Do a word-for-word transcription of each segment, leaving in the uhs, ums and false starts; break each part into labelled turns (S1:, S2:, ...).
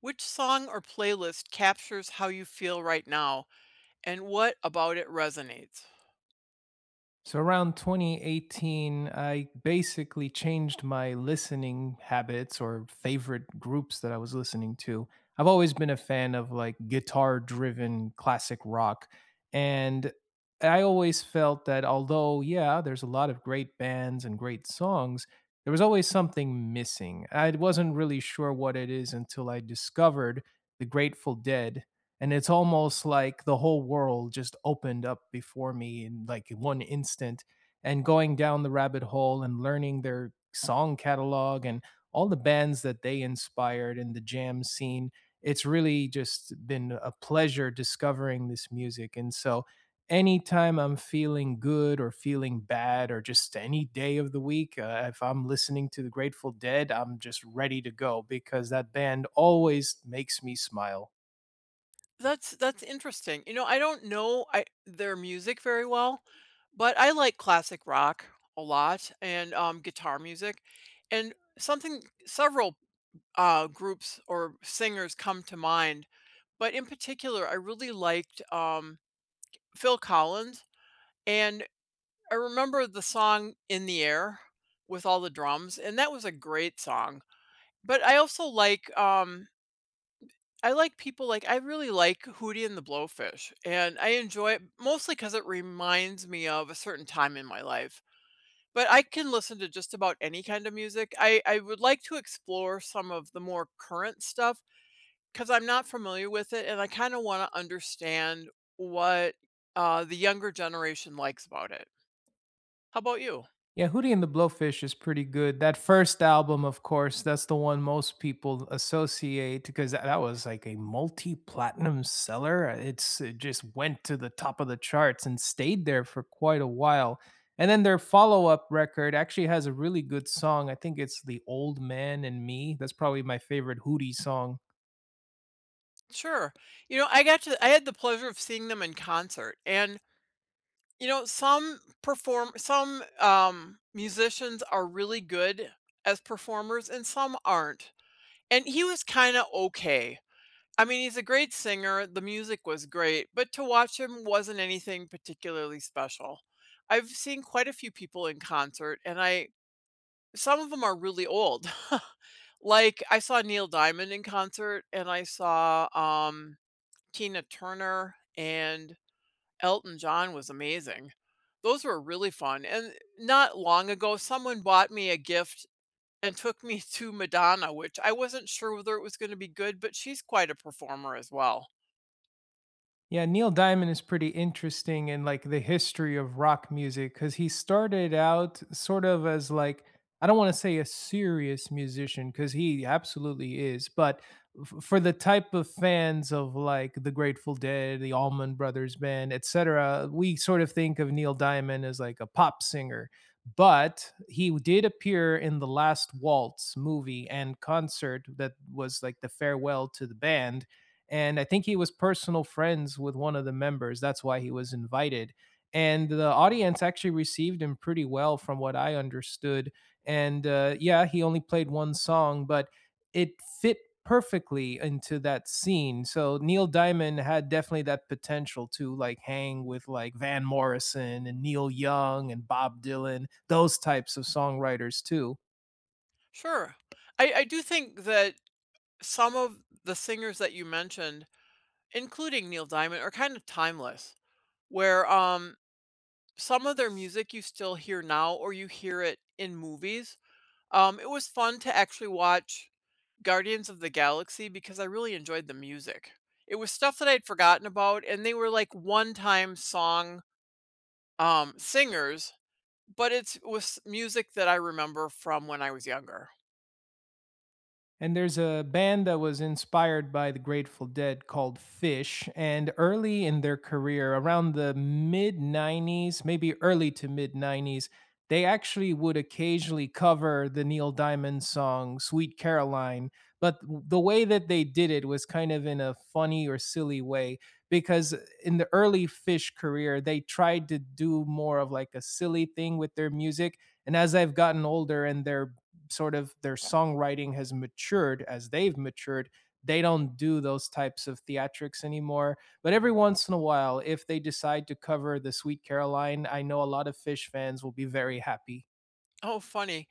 S1: Which song or playlist captures how you feel right now and what about it resonates?
S2: So around twenty eighteen, I basically changed my listening habits or favorite groups that I was listening to. I've always been a fan of like guitar driven classic rock. And I always felt that although, yeah, there's a lot of great bands and great songs, there was always something missing. I wasn't really sure what it is until I discovered the Grateful Dead, and it's almost like the whole world just opened up before me in like one instant. And going down the rabbit hole and learning their song catalog and all the bands that they inspired in the jam scene, it's really just been a pleasure discovering this music. And so anytime I'm feeling good or feeling bad or just any day of the week, uh, if I'm listening to the Grateful Dead, I'm just ready to go because that band always makes me smile.
S1: That's that's interesting. You know, I don't know I, their music very well, but I like classic rock a lot and um, guitar music. And something several uh, groups or singers come to mind, but in particular, I really liked um, Phil Collins. And I remember the song In the Air with all the drums, and that was a great song. But I also like, um I like people like I really like Hootie and the Blowfish, and I enjoy it mostly because it reminds me of a certain time in my life. But I can listen to just about any kind of music. I I would like to explore some of the more current stuff because 'cause I'm not familiar with it, and I kinda wanna understand what, uh, the younger generation likes about it. How about you?
S2: Yeah, Hootie and the Blowfish is pretty good. That first album, of course, that's the one most people associate because that, that was like a multi-platinum seller. Uh, It's it just went to the top of the charts and stayed there for quite a while. And then their follow-up record actually has a really good song. I think it's The Old Man and Me. That's probably my favorite Hootie song.
S1: Sure. You know, I got to I had the pleasure of seeing them in concert, and you know, some perform some, um, musicians are really good as performers and some aren't, and he was kinda okay. I mean, he's a great singer, the music was great, but to watch him wasn't anything particularly special. I've seen quite a few people in concert, and I some of them are really old. Like, I saw Neil Diamond in concert, and I saw, um, Tina Turner, and Elton John was amazing. Those were really fun, and not long ago, someone bought me a gift and took me to Madonna, which I wasn't sure whether it was gonna be good, but she's quite a performer as well.
S2: Yeah, Neil Diamond is pretty interesting in like the history of rock music because he started out sort of as like, I don't want to say a serious musician because he absolutely is, but f- for the type of fans of like the Grateful Dead, the Allman Brothers Band, et cetera, we sort of think of Neil Diamond as like a pop singer. But he did appear in the Last Waltz movie and concert that was like the farewell to the band, and I think he was personal friends with one of the members. That's why he was invited. And the audience actually received him pretty well, from what I understood. And uh, yeah, he only played one song, but it fit perfectly into that scene. So Neil Diamond had definitely that potential to like hang with like Van Morrison and Neil Young and Bob Dylan, those types of songwriters too.
S1: Sure. I I do think that some of the singers that you mentioned, including Neil Diamond, are kind of timeless, where, um, some of their music you still hear now or you hear it in movies. Um, it was fun to actually watch Guardians of the Galaxy because I really enjoyed the music. It was stuff that I'd forgotten about, and they were like one-time song um, singers, but it's it was music that I remember from when I was younger.
S2: And there's a band that was inspired by the Grateful Dead called Fish. And early in their career, around the mid nineties, maybe early to mid nineties, they actually would occasionally cover the Neil Diamond song Sweet Caroline. But the way that they did it was kind of in a funny or silly way because in the early Fish career, they tried to do more of like a silly thing with their music. And as I've gotten older and their sort of their songwriting has matured as they've matured, they don't do those types of theatrics anymore. But every once in a while, if they decide to cover the Sweet Caroline, I know a lot of Fish fans will be very happy.
S1: Oh, funny.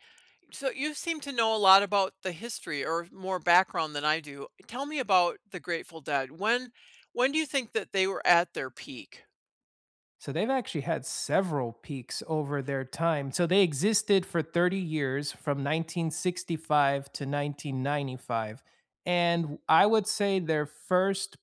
S1: So you seem to know a lot about the history or more background than I do. Tell me about the Grateful Dead. When when do you think that they were at their peak?
S2: So they've actually had several peaks over their time. So they existed for thirty years from nineteen sixty-five to nineteen ninety-five. And I would say their first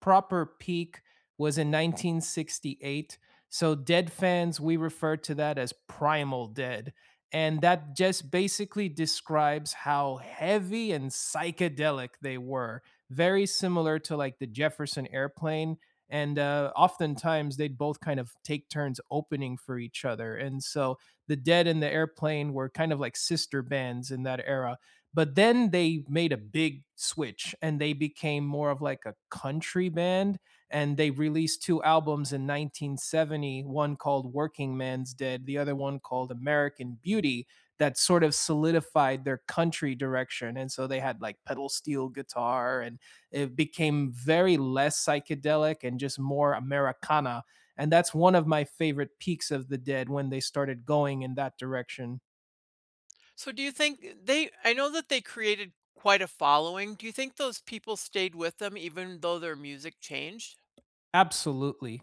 S2: proper peak was in nineteen sixty-eight. So Dead fans, we refer to that as primal Dead. And that just basically describes how heavy and psychedelic they were. Very similar to like the Jefferson Airplane. And uh, oftentimes they'd both kind of take turns opening for each other, and so the Dead and the Airplane were kind of like sister bands in that era. But then they made a big switch and they became more of like a country band, and they released two albums in nineteen seventy-one, one called Working Man's Dead, the other one called American Beauty, that sort of solidified their country direction. And so they had like pedal steel guitar, and it became very less psychedelic and just more Americana. And that's one of my favorite peaks of the Dead when they started going in that direction.
S1: So do you think uh, they I know that they created quite a following. Do you think those people stayed with them even though their music changed?
S2: Absolutely.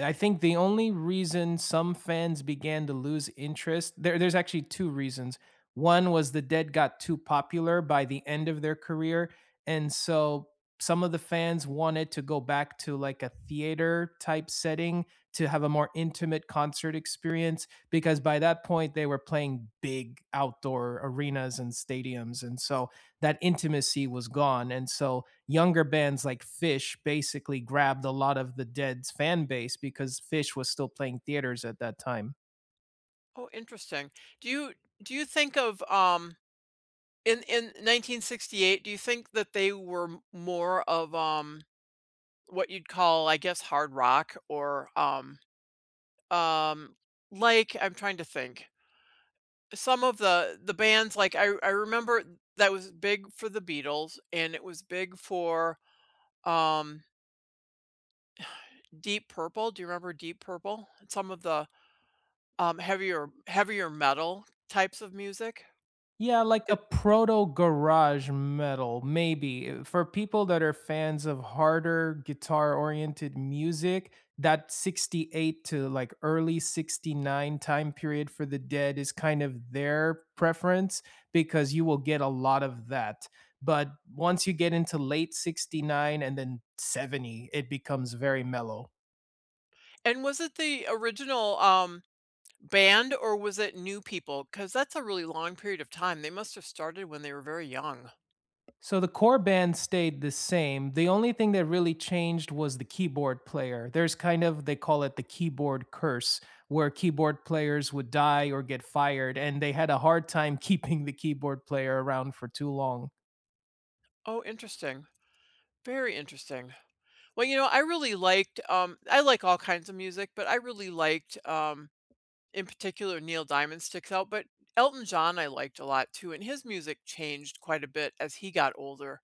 S2: I think the only reason some fans began to lose interest, there there's actually two reasons. One was the Dead got too popular by the end of their career, and so some of the fans wanted to go back to, like, a theater type setting to have a more intimate concert experience because by that point, they were playing big outdoor arenas and stadiums, and so that intimacy was gone, and so younger bands like Fish basically grabbed a lot of the Dead's fan base because Fish was still playing theaters at that time.
S1: Oh, interesting. Do you do you think of um in in nineteen sixty-eight, do you think that they were m- more of um what you'd call, I guess, hard rock or um um like I'm trying to think. Some of the the bands, like I I remember that was big for the Beatles and it was big for um Deep Purple, do you remember Deep Purple? Some of the, um, heavier heavier metal types of music?
S2: Yeah, like a
S1: It.
S2: proto garage metal, maybe. Uh, For people that are fans of harder guitar oriented music, that sixty-eight to like early sixty-nine time period for the Dead is kind of their preference because you will get a lot of that. But once you get into late sixty-nine and then seventy, it becomes very mellow.
S1: And was it the original, um band, or was it new people? Because that's a really long period of time. They must have started when they were very young.
S2: So the core band stayed the same. The only thing that really changed was the keyboard player. There's kind of, they call it the keyboard curse, where keyboard players would die or get fired and they had a hard time keeping the keyboard player around for too long.
S1: Oh, interesting. Very interesting. Well, you know, I really liked, um I like all kinds of music, but I really liked, um in particular Neil Diamond sticks out, but Elton John I liked a lot too, and his music changed quite a bit as he got older.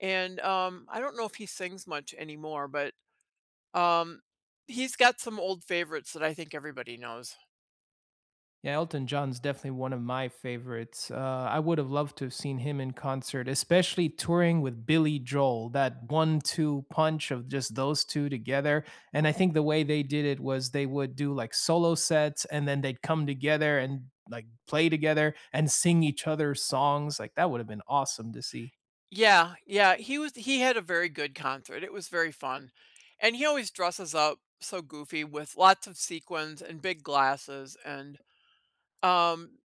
S1: And um, I don't know if he sings much anymore, but um, he's got some old favorites that I think everybody knows.
S2: Yeah, Elton John's definitely one of my favorites. Uh, I would have loved to have seen him in concert, especially touring with Billy Joel, that one two punch of just those two together. And I think the way they did it was they would do like solo sets and then they'd come together and like play together and sing each other's songs. Like that would have been awesome to see.
S1: Yeah, yeah, he was he had a very good concert. It was very fun. And he always dresses up so goofy with lots of sequins and big glasses and um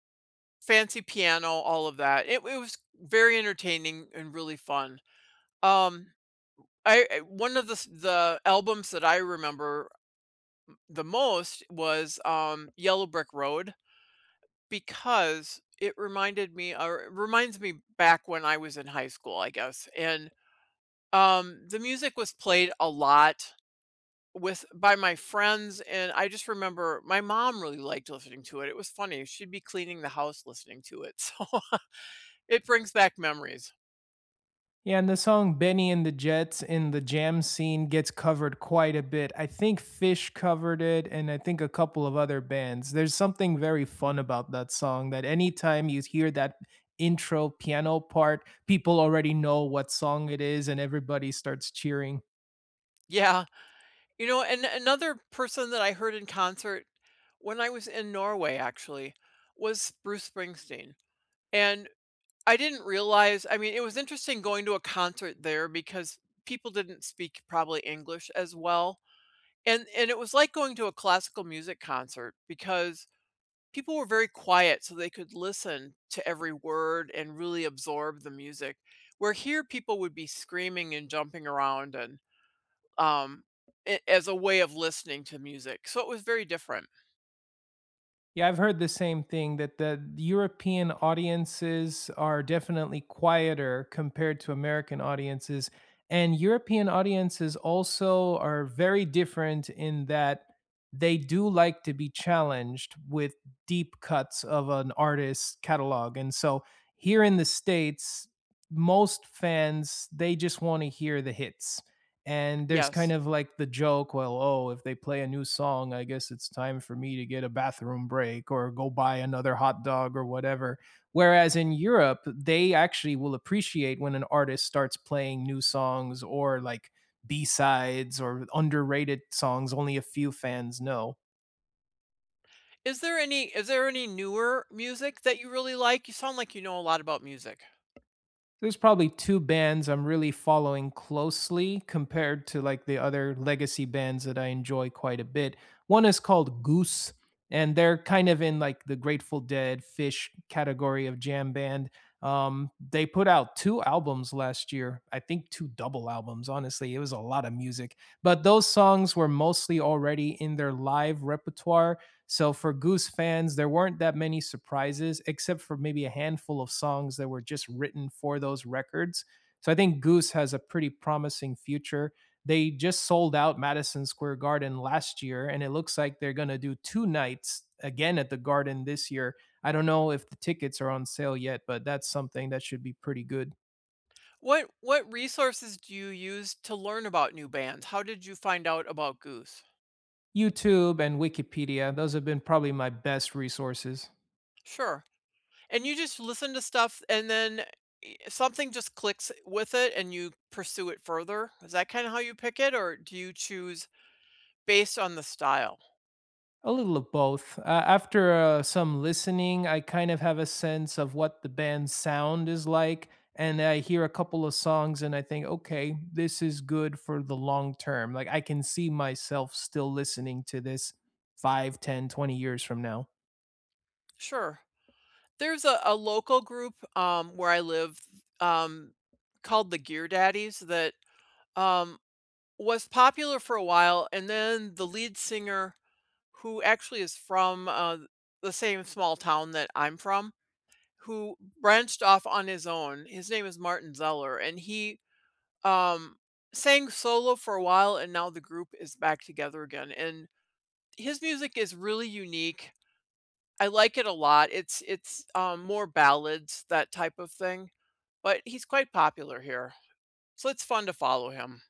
S1: fancy piano, all of that. It, it was very entertaining and really fun. Um I I one of the s the albums that I remember the most was, um, Yellow Brick Road, because it reminded me, or it reminds me, back when I was in high school, I guess, and, um, the music was played a lot with by my friends, and I just remember my mom really liked listening to it. It was funny, she'd be cleaning the house listening to it, so it brings back memories.
S2: Yeah, and the song Benny and the Jets in the jam scene gets covered quite a bit. I think Fish covered it, and I think a couple of other bands. There's something very fun about that song that anytime you hear that intro piano part, people already know what song it is, and everybody starts cheering.
S1: Yeah. Yeah. You know, and another person that I heard in concert when I was in Norway actually was Bruce Springsteen. And I didn't realize, I mean, it was interesting going to a concert there because people didn't speak probably English as well. And and it was like going to a classical music concert because people were very quiet so they could listen to every word and really absorb the music. Where here people would be screaming and jumping around and um, a as a way of listening to music, so it was very different.
S2: Yeah, I've heard the same thing, that the European audiences are definitely quieter compared to American audiences. And European audiences also are very different in that they do like to be challenged with deep cuts of an artist's catalog. And so here in the States, most fans, they just want to hear the hits. And there's kind
S1: Yes.
S2: of like the joke, well, oh, if they play a new song, I guess it's time for me to get a bathroom break or go buy another hot dog or whatever. Whereas in Europe, they actually will appreciate when an artist starts playing new songs or like B sides or underrated songs only a few fans know.
S1: Is there any is there any newer music that you really like? You sound like you know a lot about music.
S2: There's probably two bands I'm really following closely compared to, like, the other legacy bands that I enjoy quite a bit. One is called Goose, and they're kind of in, like, the Grateful Dead, Fish category of jam band. Um, they put out two albums last year. I think two double albums, honestly, it was a lot of music, but those songs were mostly already in their live repertoire, so for Goose fans, there weren't that many surprises, except for maybe a handful of songs that were just written for those records. So I think Goose has a pretty promising future. They just sold out Madison Square Garden last year, and it looks like they're going to do two nights again at the Garden this year. I don't know if the tickets are on sale yet, but that's something that should be pretty good.
S1: What what resources do you use to learn about new bands? How did you find out about Goose?
S2: YouTube and Wikipedia, those have been probably my best resources.
S1: Sure. And you just listen to stuff and then I something just clicks with it and you pursue it further? Is that kinda how you pick it, or do you choose based on the style?
S2: A little of both. Uh, after uh, some listening, I kind of have a sense of what the band's sound is like. And I hear a couple of songs and I think, okay, this is good for the long term. Like, I can see myself still listening to this five, ten, twenty years from now.
S1: Sure. There's a a local group, um, where I live, um, called the Gear Daddies that, um, was popular for a while, and then the lead singer, who actually is from, uh, the same small town that I'm from, who branched off on his own. His name is Martin Zeller, and he, um, sang solo for a while, and now the group is back together again, and his music is really unique. I like it a lot. It's it's, um, more ballads, that type of thing, but he's quite popular here. So it's fun to follow him.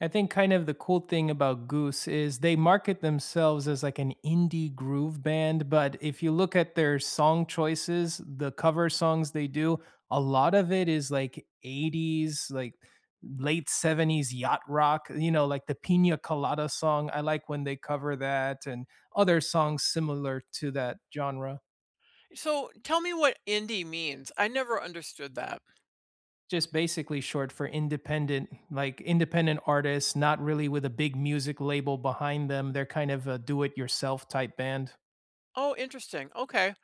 S2: I think kind of the cool thing about Goose is they market themselves as like an indie groove band, but if you look at their song choices, the cover songs they do, a lot of it is like eighties, like late seventies yacht rock, you know, like the Pina Colada song. I like when they cover that and other songs similar to that genre.
S1: So tell me what indie means. I never understood that.
S2: Just basically short for independent, like independent artists, not really with a big music label behind them. They're kind of a do it yourself type band.
S1: Oh, interesting. Okay.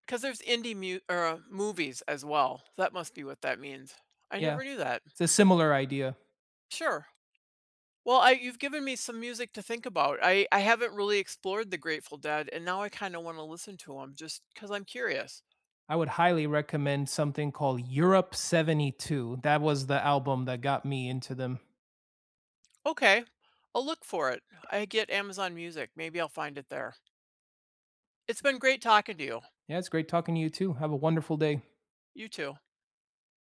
S1: Because there's indie mu- er, movies as well, so that must be what that means. I
S2: Yeah,
S1: never knew that.
S2: it's a similar idea.
S1: Sure. Well, I, you've given me some music to think about. I, I haven't really explored the Grateful Dead, and now I kind of want to listen to them just because I'm curious.
S2: I would highly recommend something called Europe seventy-two. That was the album that got me into them.
S1: Okay. I'll look for it. I get Amazon Music. Maybe I'll find it there. It's been great talking to you.
S2: Yeah, it's great talking to you too. Have a wonderful day.
S1: You too.